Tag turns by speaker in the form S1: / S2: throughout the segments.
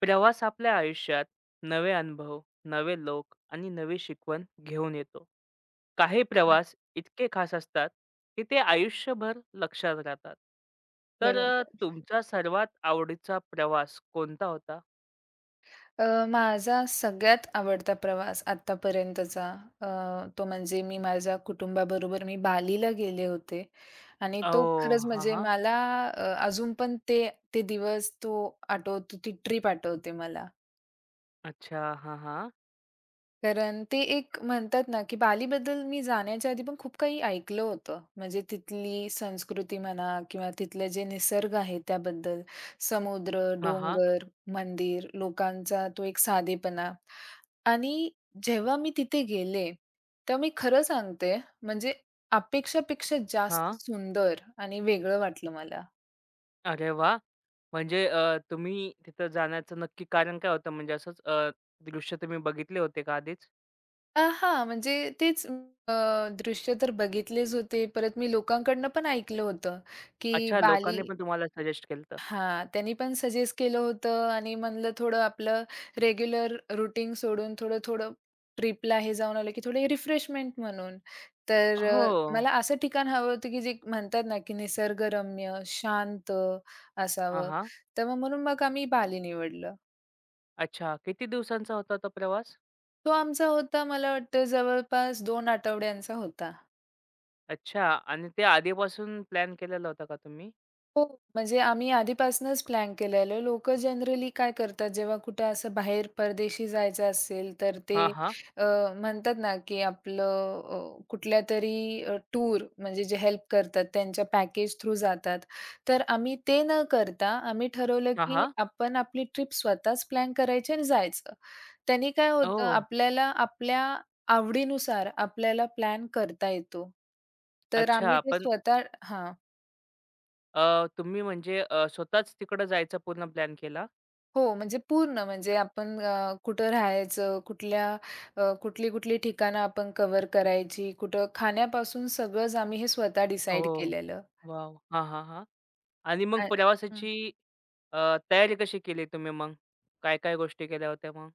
S1: प्रवास आपल्या आयुष्यात नवे अनुभव, नवे लोक आणि नवी शिकवण घेऊन येतो. काही प्रवास इतके खास असतात, की ते आयुष्यभर लक्षात राहतात. तर
S2: बरोबर.
S1: तुमचा सर्वात आवडीचा प्रवास कोणता होता?
S2: माझा सगळ्यात आवडता प्रवास आत्तापर्यंतचा, अ, तो म्हणजे मी माझ्या कुटुंबाबरोबर बालीला गेले होते आणि
S1: ओ,
S2: तो खरंच
S1: हां,
S2: म्हणजे
S1: हां.
S2: मला, अजून पण ते ते दिवस आठवतो, ती ट्रिप आठवते मला.
S1: अच्छा. हां, हां.
S2: कारण ते एक म्हणतात ना, की बालीबद्दल मी जाण्याच्या आधी पण खूप काही ऐकलं होतं. म्हणजे तिथली संस्कृती म्हणा किंवा तिथलं जे निसर्ग आहे त्याबद्दल. समुद्र,
S1: हां, हां.
S2: डोंगर, मंदिर, लोकांचा तो एक साधेपणा आणि जेव्हा मी तिथे गेले, तर मी खरं सांगते म्हणजे अपेक्षापेक्षा जास्त
S1: हां.
S2: सुंदर आणि वेगळं वाटलं मला.
S1: अरे वाह! म्हणजे तुम्ही तिथं जाण्याचं नक्की कारण काय होतं? म्हणजे असंच दृश्य तुम्ही बघितले होते का आधीच?
S2: हां, म्हणजे तेच अ, दृश्य तर बघितलेच होते. परत मी लोकांकडनं पण ऐकलं होतं, की
S1: अच्छा,
S2: बाली
S1: लोकांनी पण तुम्हाला सजेस्ट केलं
S2: हां, त्यांनी पण सजेस्ट केलं होतं आणि म्हणलं थोडं आपलं रेग्युलर रूटीन सोडून थोडं-थोडं ट्रिपला हे जाऊन आलं, की थोडे रिफ्रेशमेंट म्हणून. तर
S1: हो.
S2: मला असं ठिकाण हवं होतं, की जे म्हणतात ना, की निसर्गरम्य, शांत
S1: हां,
S2: असावं.
S1: हां.
S2: तर मग म्हणून मग आम्ही बाली निवडलं.
S1: अच्छा. किती दिवसांचा होता तो प्रवास?
S2: तो आमचा होता मला वाटतं जवळपास 2 आठवड्यांचा होता.
S1: अच्छा. आणि ते आधीपासून प्लॅन केलेला होता का तुम्ही?
S2: हो, म्हणजे आम्ही आधीपासूनच प्लॅन केलेलं. लोकं जनरली काय करतात, जेव्हा कुठं असं बाहेर परदेशी जायचं असेल, तर ते,
S1: हां, हां.
S2: अ, म्हणतात ना, की आपलं कुठल्यातरी टूर म्हणजे जे हेल्प करतात, त्यांच्या पॅकेज थ्रू जातात. तर आम्ही ते न करता आम्ही ठरवलं,
S1: हां,
S2: की
S1: हां.
S2: आपण आपली ट्रिप स्वतःच प्लॅन करायची आणि जायचं. त्यांनी काय होतं,
S1: ओह!
S2: आपल्याला आपल्या आवडीनुसार आपल्याला प्लॅन करता येतो. तर आम्ही
S1: अच्छा.
S2: ते
S1: पण
S2: स्वतः हां.
S1: तुम्ही म्हणजे स्वतःच तिकडं जायचा पूर्ण प्लॅन केला?
S2: हो, म्हणजे पूर्ण म्हणजे आपण कुठं राहायचं, कुठल्या, कुठली-कुठली ठिकाणं आपण कव्हर करायची, कुठं खाण्यापासून सगळंच आम्ही हे स्वतः डिसाईड
S1: ओह!
S2: केलेलं.
S1: वॉव! हां, हां, हां. आणि मग
S2: आ हं.
S1: प्रवासाची तयारी कशी केली तुम्ही मग? काय-काय गोष्टी केल्या होत्या मग?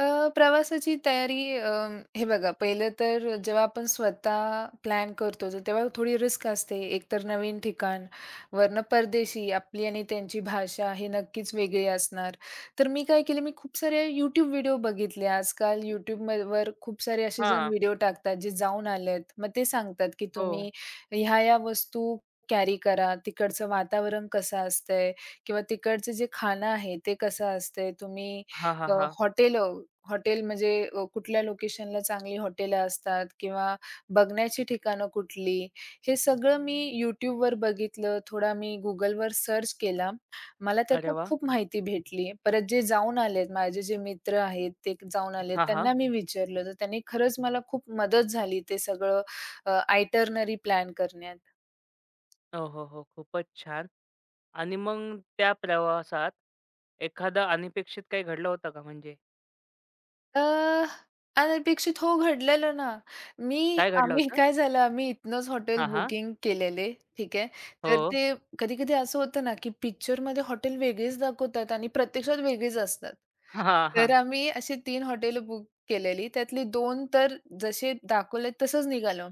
S2: अ, प्रवासाची तयारी, हे बघा पहिलं तर जेव्हा आपण स्वतः प्लॅन करतो तर तेव्हा थोडी रिस्क असते. एकतर नवीन ठिकाण, वरनं परदेशी, आपली आणि त्यांची भाषा हे नक्कीच वेगळी असणार. तर मी काय केलं, मी खूप सारे यूट्यूब व्हिडिओ बघितले. आजकाल YouTubeवर खूप सारे असे जण
S1: हां.
S2: व्हिडिओ टाकतात, जे जाऊन आलेत. मग ते सांगतात, की
S1: हो.
S2: तुम्ही ह्या-ह्या वस्तू कॅरी करा, तिकडचं वातावरण कसं असतंय किंवा तिकडचं जे खाणं आहे ते कसं असतंय. तुम्ही,
S1: हां, हां,
S2: अ,
S1: हां.
S2: हॉटेलं हॉटेल म्हणजे, कुठल्या लोकेशनला चांगली हॉटेलं असतात किंवा बघण्याची ठिकाणं कुठली, हे सगळं मी YouTubeवर बघितलं, थोडा मी Googleवर सर्च केला. मला
S1: अरे
S2: त्यातनं
S1: वाह!
S2: खूप माहिती भेटली. परत जे जाऊन आलेत, माझे जे मित्र आहेत, ते जाऊन आलेत,
S1: हां, हां.
S2: त्यांना मी विचारलं, तर त्यांनी खरंच मला खूप मदत झाली ते सगळं, आयटरनरी प्लॅन करण्यात.
S1: ओ, हो, हो. खूपच छान. आणि मग त्या प्रवासात एखादा अनपेक्षित काही घडलं होतं का म्हणजे?
S2: अ, अनपेक्षित हो, घडलेलं ना. मी
S1: काय घडलं
S2: आम्ही
S1: होतं?
S2: काय झालं, आम्ही इथनंच हॉटेल
S1: हां, हां.
S2: बुकिंग केलेले, ठीक आहे.
S1: हो.
S2: तर ते कधी-कधी असं होतं ना, की पिक्चरमध्ये हॉटेल वेगळीच दाखवतात आणि प्रत्यक्षात वेगळीच असतात.
S1: हां,
S2: तर
S1: हां.
S2: आम्ही अशी तीन हॉटेल बुक केलेली. त्यातली 2 तर जसे दाखवले तसंच निघालं.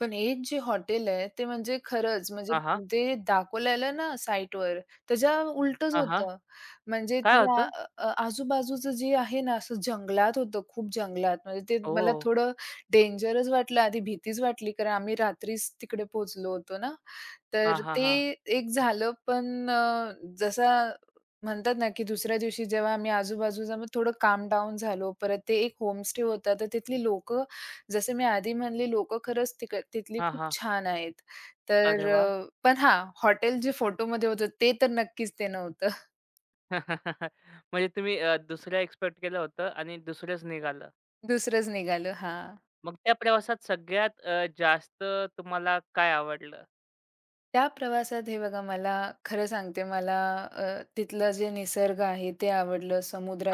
S2: पण एक जे हॉटेल आहे ते म्हणजे खरंच म्हणजे
S1: हां, हां.
S2: जे दाखवलेलं ना साइटवर, त्याच्या उलटंच
S1: हां, हां.
S2: होतं. म्हणजे
S1: काय
S2: त्याच्या
S1: होतं?
S2: अ, अ, आजूबाजूचं जे आहे ना असं जंगलात होतं, खूप जंगलात. म्हणजे ते मला
S1: ओह!
S2: थोडं डेंजरच वाटलं. आधी भीतीच वाटली कारण आम्ही रात्रीच तिकडे पोहोचलो होतो ना.
S1: हां,
S2: तर
S1: हां,
S2: ते
S1: हां.
S2: एक झालं पण, जसा म्हणतात ना, की दुसऱ्या दिवशी जेव्हा आम्ही आजूबाजूचा मग थोडं काम डाउन झालो. परत ते एक होमस्टे होता, तर तिथली लोकं जसं मी आधी म्हणली लोकं खरंच तिथली
S1: हां,
S2: खूप
S1: हां.
S2: छान आहेत.
S1: अरे
S2: तर
S1: वाह!
S2: पण हां, हॉटेल जे फोटोमध्ये होतं ते तर नक्कीच ते नव्हतं.
S1: म्हणजे तुम्ही दुसऱ्या एक्स्पेक्ट केलं होतं आणि दुसरंच निघालं.
S2: दुसरंच निघालं. हां.
S1: मग त्या प्रवासात सगळ्यात जास्त तुम्हाला काय आवडलं?
S2: त्या प्रवासात हे बघा मला खरं सांगते मला, अ, तिथलं जे निसर्ग आहे ते आवडलं.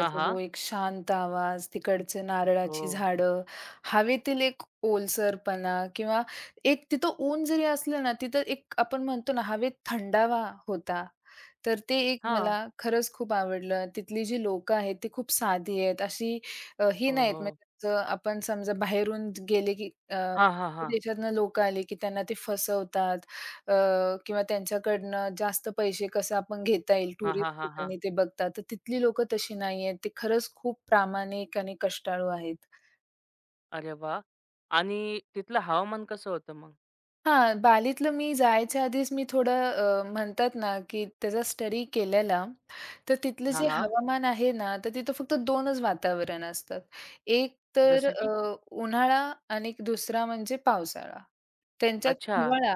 S1: हां,
S2: जो
S1: हां.
S2: एक शांत आवाज, तिकडचे
S1: हो.
S2: नारळाची झाडं, हवेतील एक ओलसरपणा किंवा एक तिथं ऊन जरी असलं ना, तिथं एक आपण म्हणतो ना हवेत थंडावा होता. तर ते एक मला
S1: हां.
S2: खरंच खूप आवडलं. तिथली जी लोकं आहेत ती खूप साधी आहेत. अशी, ही नाहीत
S1: ओह!
S2: म्हणजे जसं आपण समजा बाहेरून गेले की,
S1: हां, हां, हां.
S2: देशातनं लोकं आले की त्यांना ते फसवतात. किंवा त्यांच्याकडनं जास्त पैसे कसे आपण घेता येईल
S1: हां,
S2: टुरिस्ट
S1: हां, हां, हां.
S2: ठिकाणी ते बघतात. तर तिथली लोकं तशी नाहीयेत. ते खरंच खूप प्रामाणिक आणि कष्टाळू आहेत.
S1: अरे वाह! आणि तिथलं हवामान कसं होतं मग?
S2: हां, बालीतलं मी जायच्या आधीच मी थोडं, म्हणतात ना, की त्याचा स्टडी केलेला. तर तिथलं
S1: हां,
S2: जे
S1: हां.
S2: हवामान आहे ना, तर तिथं फक्त 2च वातावरण असतात. एक तर,
S1: जसं की?
S2: उन्हाळा आणि दुसरा म्हणजे पावसाळा. त्यांच्यात
S1: अच्छा.
S2: हिवाळा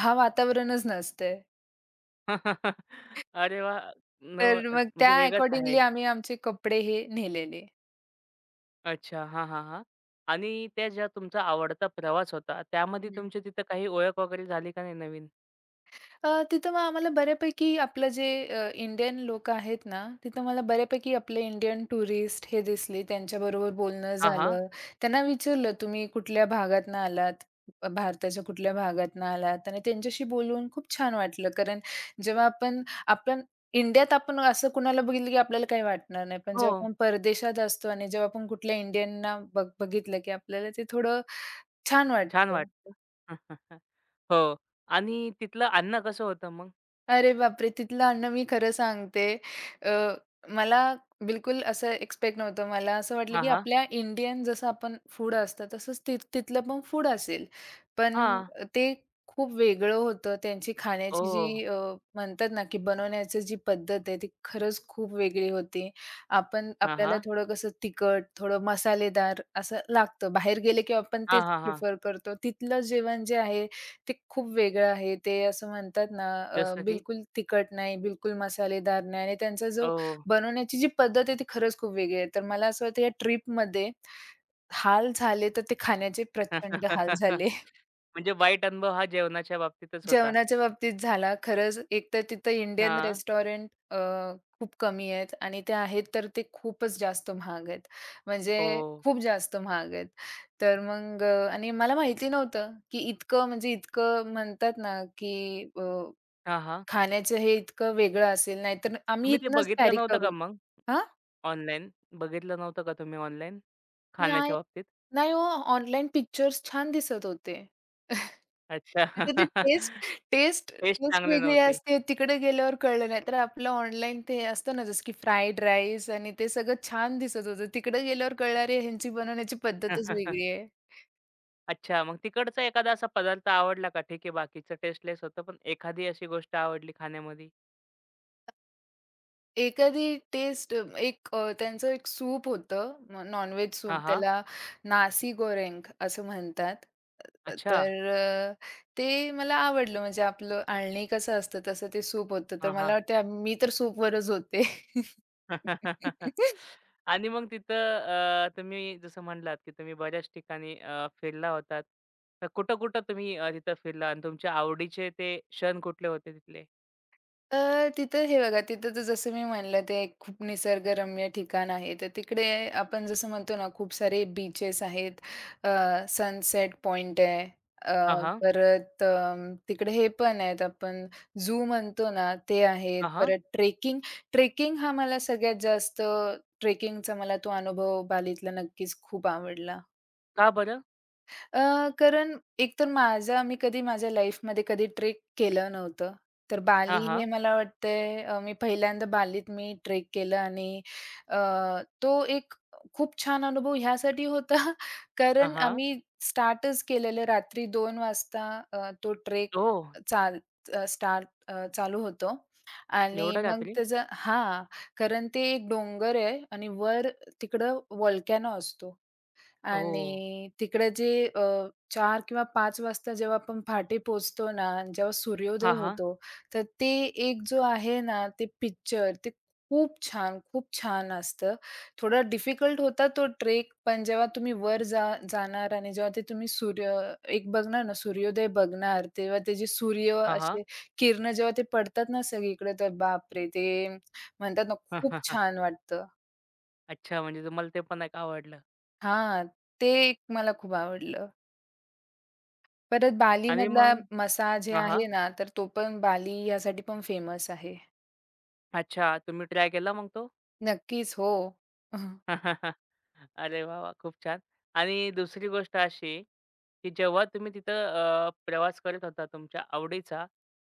S2: हा वातावरणच नसतंय.
S1: अरे वाह! न
S2: तर मग त्या
S1: म्हणजे वेगळंच आहे.
S2: अकॉर्डिंगली आम्ही आमचे कपडे हे नेलेले.
S1: अच्छा. हां, हां, हां. आणि त्या ज्या तुमचा आवडता प्रवास होता, त्यामध्ये
S2: हं.
S1: तुमची तिथं काही ओळख वगैरे झाली का नाही नवीन?
S2: तिथं मग आम्हाला बऱ्यापैकी आपलं जे, इंडियन लोकं आहेत ना, तिथं मला बऱ्यापैकी आपले इंडियन टुरिस्ट हे दिसले. त्यांच्याबरोबर बोलणं
S1: हां, हां.
S2: झालं. त्यांना विचारलं, "तुम्ही कुठल्या भागातून आलात? भारताच्या कुठल्या भागातून आलात?" आणि त्यांच्याशी बोलून खूप छान वाटलं. कारण जेव्हा आपण आपण इंडियात आपण असं कुणाला बघितलं, की आपल्याला काही वाटणार नाही. पण
S1: हो.
S2: जेव्हा आपण परदेशात असतो आणि जेव्हा आपण कुठल्या इंडियनना बघितलं, की आपल्याला ते थोडं छान
S1: छान
S2: वाटतं.
S1: वाटतं. हो. आणि तिथलं अन्न कसं होतं मग?
S2: अरे बापरे! तिथलं अन्न मी खरं सांगते, अ, मला बिलकुल असं एक्स्पेक्ट नव्हतं. मला असं वाटलं,
S1: हां,
S2: की
S1: हां.
S2: आपल्या इंडियन जसं आपण फूड असतं, तसंच तिथलं पण फूड असेल. पण
S1: हां.
S2: ते खूप वेगळं होतं. त्यांची खाण्याची
S1: ओह!
S2: जी, म्हणतात ना, की बनवण्याची जी पद्धत आहे, ती खरंच खूप वेगळी होती. आपण
S1: हां,
S2: आपल्याला
S1: हां.
S2: थोडं कसं तिखट, थोडं मसालेदार असं लागतं. बाहेर गेले, की आपण
S1: हां,
S2: तेच
S1: हां, हां.
S2: प्रिफर करतो. तिथलं जेवण जे आहे ते खूप वेगळं आहे. ते असं म्हणतात ना,
S1: जसं की?
S2: बिलकुल तिखट नाही, बिलकुल मसालेदार नाही आणि त्यांचा जो
S1: ओह!
S2: बनवण्याची जी पद्धत आहे ती खरंच खूप वेगळी आहे. तर मला असं वाटतं या ट्रिपमध्ये हाल झाले तर ते खाण्याचे प्रचंड हाल झाले.
S1: म्हणजे वाईट अनुभव हा जेवणाच्या बाबतीतच होता.
S2: जेवणाच्या बाबतीत झाला. खरंच एकतर तिथं इंडियन
S1: हां.
S2: रेस्टॉरंट खूप कमी आहेत आणि ते आहेत तर ते खूपच जास्त महाग आहेत. म्हणजे
S1: ओह!
S2: खूप जास्त महाग आहेत. तर मग आणि मला माहिती नव्हतं, की इतकं म्हणजे इतकं म्हणतात ना, की
S1: हां, हां.
S2: खाण्याचं हे इतकं वेगळं असेल, नाहीतर आम्ही
S1: तुम्ही ते
S2: इथनंच
S1: बघितलं
S2: कॅरी
S1: नव्हतं का
S2: करू.
S1: मग
S2: हां?
S1: ऑनलाईन? बघितलं नव्हतं का तुम्ही ऑनलाईन
S2: नाही,
S1: खाण्याच्या बाबतीत?
S2: नाही हो, ऑनलाईन पिक्चर्स छान दिसत होते.
S1: अच्छा.
S2: आता ते टेस्ट टेस्ट
S1: टेस्ट
S2: टेस्ट
S1: चांगली
S2: वेगळी
S1: नव्हती.
S2: असते. तिकडे गेल्यावर कळलं. नाहीतर आपलं ऑनलाईन ते असतं ना, जसं की फ्राईड राईस आणि ते सगळं छान दिसत होतं. तिकडे गेल्यावर कळलं, "अरे, ह्यांची बनवण्याची पद्धतच वेगळी आहे."
S1: अच्छा, मग तिकडचा एखादा असा पदार्थ आवडला का? ठीक आहे, बाकीचं टेस्टलेस होतं, पण एखादी अशी गोष्ट आवडली खाण्यामध्ये?
S2: एखादी टेस्ट एक, त्यांचं एक सूप होतं, नॉन सूप.
S1: हां, हां.
S2: त्याला नासी गोरेन्ग असं म्हणतात.
S1: अच्छा.
S2: तर ते मला आवडलं म्हणजे आपलं आळणी कसं असतं तसं ते सूप होतं. तर
S1: हां,
S2: मला
S1: हां.
S2: वाटतं मी तर सूपवरच होते.
S1: आणि मग तिथं तुम्ही जसं म्हणलात, की तुम्ही बऱ्याच ठिकाणी फिरला होतात. तर कुठं-कुठं तुम्ही तिथं फिरला आणि तुमच्या आवडीचे ते क्षण कुठले होते तिथले?
S2: अ, तिथं हे बघा, तिथं तर जसं मी म्हणलं ते एक खूप निसर्गरम्य ठिकाण आहे. तर तिकडे आपण जसं म्हणतो ना खूप सारे बीचेस आहेत. अ, सनसेट पॉइंट आहे. अ,
S1: हां, हां.
S2: परत अ, तिकडे हे पण आहेत आपण झू म्हणतो ना ते आहेत.
S1: हां, हां.
S2: परत ट्रेकिंग, ट्रेकिंग हा मला सगळ्यात जास्त ट्रेकिंगचा मला तो अनुभव बालीतला नक्कीच खूप आवडला.
S1: का बरं?
S2: कारण एकतर मी कधी माझ्या लाईफमध्ये कधी ट्रेक केलं नव्हतं. तर बाली
S1: हां,
S2: हे
S1: हां.
S2: मला वाटतंय, मी पहिल्यांदा बालीत मी ट्रेक केलं आणि, अ, तो एक खूप छान अनुभव ह्यासाठी होता
S1: हां,
S2: कारण
S1: हां.
S2: आम्ही स्टार्टच केलेलं रात्री 2 वाजता, तो ट्रेक
S1: ओह!
S2: चाल स्टार्ट चालू होतो आणि
S1: एवढ्या
S2: मग
S1: रात्री?
S2: त्याचं हां, कारण ते एक डोंगर आहे आणि वर तिकडं व्हॉल्कॅनो असतो.
S1: ओह!
S2: आणि तिकडे जे, अ, 4 किंवा 5 वाजता जेव्हा आपण पहाटे पोहोचतो ना, आणि जेव्हा सूर्योदय
S1: हां,
S2: होतो, तर ते एक जो आहे ना, ते पिक्चर ते खूप छान, खूप छान असतं. थोडा डिफिकल्ट होता तो ट्रेक, पण जेव्हा तुम्ही वर जाणार आणि जेव्हा ते तुम्ही सूर्य एक बघणार ना, सूर्योदय बघणार, तेव्हा त्याचे सूर्य
S1: हां, हां.
S2: असे किरणं जेव्हा ते पडतात ना सगळीकडे, तर बापरे! ते म्हणतात ना, खूप छान वाटतं.
S1: अच्छा, म्हणजे तुम्हाला ते पण एक आवडलं.
S2: हां, ते एक मला खूप आवडलं. परत
S1: आणि
S2: बालीमधला
S1: मग
S2: मसा जे
S1: हां, हां.
S2: आहे ना, तर तो पण बाली यासाठी पण फेमस आहे.
S1: अच्छा, तुम्ही ट्राय केला मग तो?
S2: नक्कीच. हो. हं.
S1: अरे वाह, वाह! खूप छान. आणि दुसरी गोष्ट अशी, की जेव्हा तुम्ही तिथं प्रवास करत होता तुमच्या आवडीचा,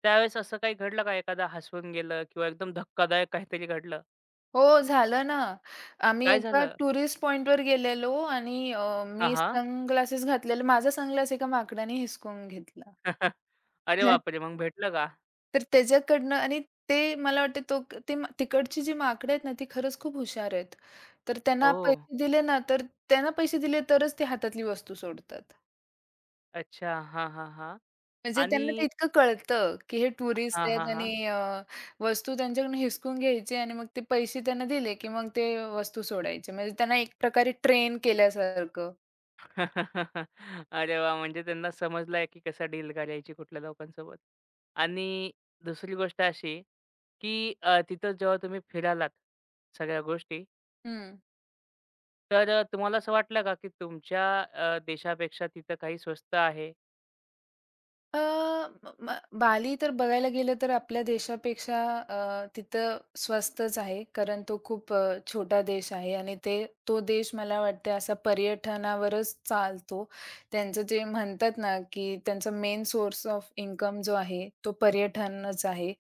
S1: त्यावेळेस असं काही घडलं का एखादा हसवून गेलं किंवा एकदम धक्कादायक काहीतरी घडलं?
S2: हो, झालं ना. आम्ही
S1: काय
S2: एका
S1: झालं?
S2: टुरिस्ट पॉइंटवर गेलेलो आणि,
S1: हां,
S2: मी
S1: हां.
S2: सनग्लासेस घातलेले. माझा सनग्लास एका माकडाने हिसकावून घेतला.
S1: अरे बापरे! मग भेटलं का?
S2: तर त्याच्याकडनं आणि ते मला वाटतं तिकडची जी माकडं आहेत ना, ती खरंच खूप हुशार आहेत. तर त्यांना
S1: ओह!
S2: पैसे दिले ना, तर त्यांना पैसे दिले तरच ते हातातली वस्तू सोडतात.
S1: अच्छा. हां, हां, हां.
S2: म्हणजे
S1: आणि
S2: त्यांना ते इतकं कळतं, की हे टुरिस्ट
S1: हां,
S2: आहेत
S1: हां, हां.
S2: आणि, वस्तू त्यांच्याकडून हिसकून घ्यायची आणि मग ते पैसे त्यांना दिले, की मग ते वस्तू सोडायचे. म्हणजे त्यांना एक प्रकारे ट्रेन केल्यासारखं.
S1: अरे वाह! म्हणजे त्यांना समजलंय की कसं डील करायची कुठल्या लोकांसोबत. आणि दुसरी गोष्ट अशी, की तिथं जेव्हा तुम्ही फिरालात सगळ्या गोष्टी,
S2: हं.
S1: तर तुम्हाला असं वाटलं का की तुमच्या देशापेक्षा तिथं काही स्वस्त आहे?
S2: अ, म म बाली तर बघायला गेलं तर आपल्या देशापेक्षा, अ, तिथं स्वस्तच आहे. कारण तो खूप, छोटा देश आहे आणि ते तो देश मला वाटते असा पर्यटनावरच चालतो. त्यांचं जे म्हणतात ना, की त्यांचा मेन सोर्स ऑफ इन्कम जो आहे, तो पर्यटनच आहे.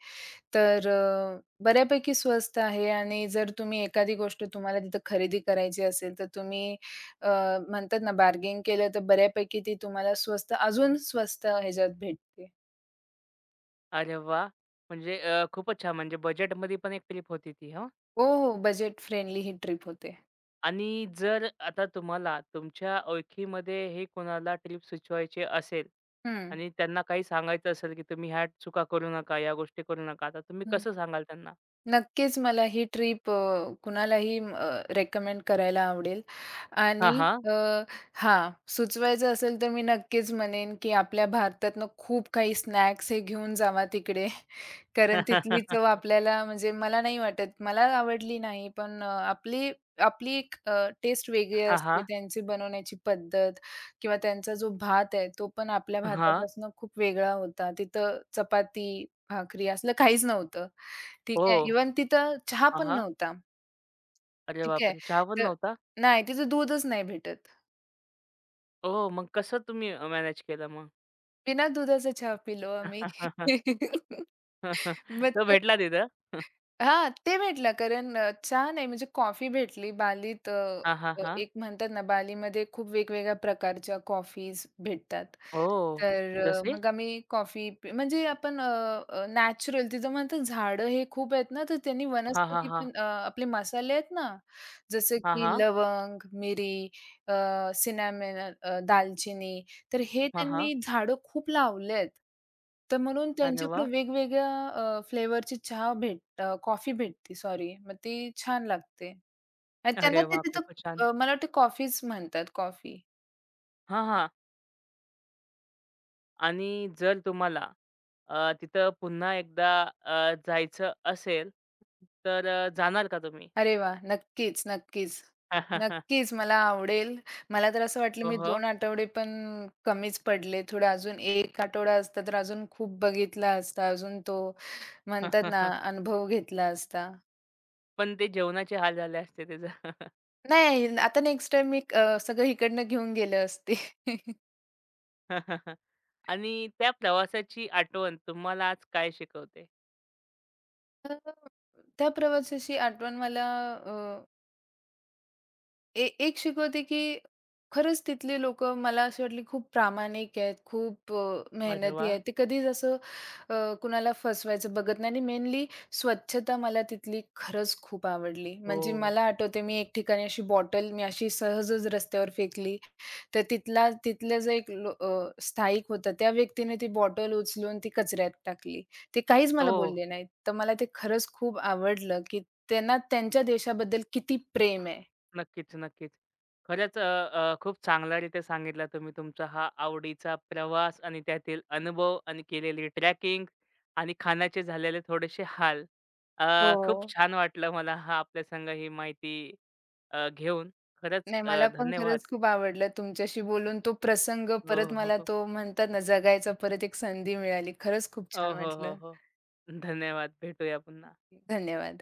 S2: तर बऱ्यापैकी स्वस्त आहे आणि जर तुम्ही एखादी गोष्ट तुम्हाला तिथं खरेदी करायची असेल, तर तुम्ही, अ, म्हणतात ना बार्गेन केलं, तर बऱ्यापैकी ती तुम्हाला अजून स्वस्त ह्याच्यात भेटते.
S1: अरे वाह! म्हणजे खूपच छान म्हणजे बजेटमध्ये पण एक ट्रिप होती ती, हां?
S2: हो, हो. बजेट फ्रेंडली ही ट्रिप होते.
S1: आणि जर आता तुम्हाला तुमच्या ओळखीमध्ये हे कोणाला ट्रिप सुचवायची असेल
S2: हं.
S1: आणि त्यांना काही सांगायचं असेल, की तुम्ही ह्या चुका करू नका, या गोष्टी करू नका. आता तुम्ही कसं सांगाल त्यांना?
S2: नक्कीच मला ही ट्रिप, कुणालाही रेकमेंड करायला आवडेल आणि,
S1: हां, हां.
S2: अ, हां, सुचवायचं असेल तर मी नक्कीच म्हणेन, की आपल्या भारतातनं खूप काही स्नॅक्स हे घेऊन जावा तिकडे. कारण तिथली चव आपल्याला म्हणजे मला नाही वाटत, मला आवडली नाही, पण अ, आपली आपली एक, टेस्ट वेगळी
S1: हां,
S2: असते.
S1: हां.
S2: त्यांची बनवण्याची पद्धत किंवा त्यांचा जो भात आहे, तो पण आपल्या
S1: हां.
S2: भातापासून खूप वेगळा होता. तिथं चपाती, भाकरी असलं काहीच नव्हतं. ठीक आहे.
S1: ओह!
S2: इव्हन तिथं चहा
S1: हां,
S2: पण
S1: हां.
S2: नव्हता.
S1: अरे
S2: ठीक आहे.
S1: बापरे! चहा पण
S2: तर
S1: नव्हता?
S2: नाही, तिथं दूधच नाही भेटत.
S1: ओह! मग कसं तुम्ही मॅनेज केलं मग?
S2: बिना दुधाचा चहा पिलो आम्ही. मग
S1: तो
S2: ते
S1: भेटला तिथं?
S2: हां, ते भेटलं कारण, चहा नाही म्हणजे कॉफी भेटली बालीत, अ,
S1: हां, हां,
S2: अ,
S1: हां.
S2: एक म्हणतात ना, बालीमध्ये खूप वेगवेगळ्या प्रकारच्या कॉफीज भेटतात.
S1: ओह!
S2: तर
S1: जसे?
S2: मग आम्ही कॉफी पि म्हणजे आपण, अ, अ, नॅचरल तिथं म्हणतात झाडं हे खूप आहेत ना, तर त्यांनी
S1: हां, हां,
S2: वनस्पती
S1: हां.
S2: पण, आपले मसाले आहेत ना, जसं
S1: हां,
S2: की
S1: हां.
S2: लवंग, मिरी, अ, दालचिनी तर हे
S1: हां, हां.
S2: त्यांनी झाडं खूप लावलेत. तर म्हणून
S1: अरे
S2: त्यांच्याकडे
S1: वाह!
S2: वेगवेगळ्या, फ्लेवरची कॉफी भेटते सॉरी. मग ती छान लागते. आणि त्यांना
S1: अरे
S2: ते
S1: वाह!
S2: तिथं,
S1: खूपच छान.
S2: मला वाटतं कॉफीच म्हणतात कॉफी.
S1: हां, हां. आणि जर तुम्हाला तिथं पुन्हा एकदा जायचं असेल, तर जाणार का तुम्ही?
S2: अरे वाह! नक्कीच, नक्कीच. नक्कीच मला आवडेल. मला तर असं वाटलं
S1: हो,
S2: मी
S1: हो.
S2: 2 आठवडे पण कमीच पडले. थोडं अजून 1 आठवडा असता तर अजून खूप बघितला असता. अजून तो म्हणतात ना अनुभव घेतला असता.
S1: पण ते जेवणाचे हाल झाले असते त्याचं.
S2: नाही, आता नेक्स्ट टाईम मी, सगळं इकडनं घेऊन गेले असते.
S1: आणि त्या प्रवासाची आठवण तुम्हाला आज काय शिकवते?
S2: तर त्या प्रवासाची आठवण मला, अ, ए एक शिकवते, की खरंच तिथली लोकं मला अशी वाटली खूप प्रामाणिक आहेत, खूप,
S1: अरे
S2: मेहनती
S1: वाह!
S2: आहेत. ते कधीच असं, कुणाला फसवायचं बघत नाही आणि मेनली स्वच्छता मला तिथली खरंच खूप आवडली.
S1: हो.
S2: म्हणजे मला आठवते मी एक ठिकाणी अशी बॉटल मी अशी सहजच रस्त्यावर फेकली. तर तिथले जे एक स्थायिक होतं, त्या व्यक्तीने ती बॉटल उचलून ती कचऱ्यात टाकली. ते काहीच मला
S1: हो.
S2: बोलले नाहीत. तर मला ते खरंच खूप आवडलं, की त्यांना त्यांच्या देशाबद्दल किती प्रेम आहे.
S1: नक्कीच, नक्कीच. खरंच अ, अ, खूप चांगल्यारीत्या सांगितला तुम्ही तुमचा हा आवडीचा प्रवास आणि त्यातील अनुभव आणि केलेली ट्रॅकिंग आणि खाण्याचे झालेले थोडेसे हाल. अ, खूप
S2: हो.
S1: छान वाटलं मला हा आपल्या संग ही माहिती घेऊन. खरंच
S2: नाही, मला पण
S1: धन्यवाद.
S2: खरंच खूप आवडलं तुमच्याशी बोलून. तो प्रसंग
S1: हो,
S2: परत
S1: हो,
S2: मला
S1: हो.
S2: तो म्हणतात ना, जगायचा परत एक संधी मिळाली. खरंच खूप छान
S1: हो, हो, हो,
S2: वाटलं.
S1: हो. धन्यवाद. भेटूया पुन्हा.
S2: धन्यवाद.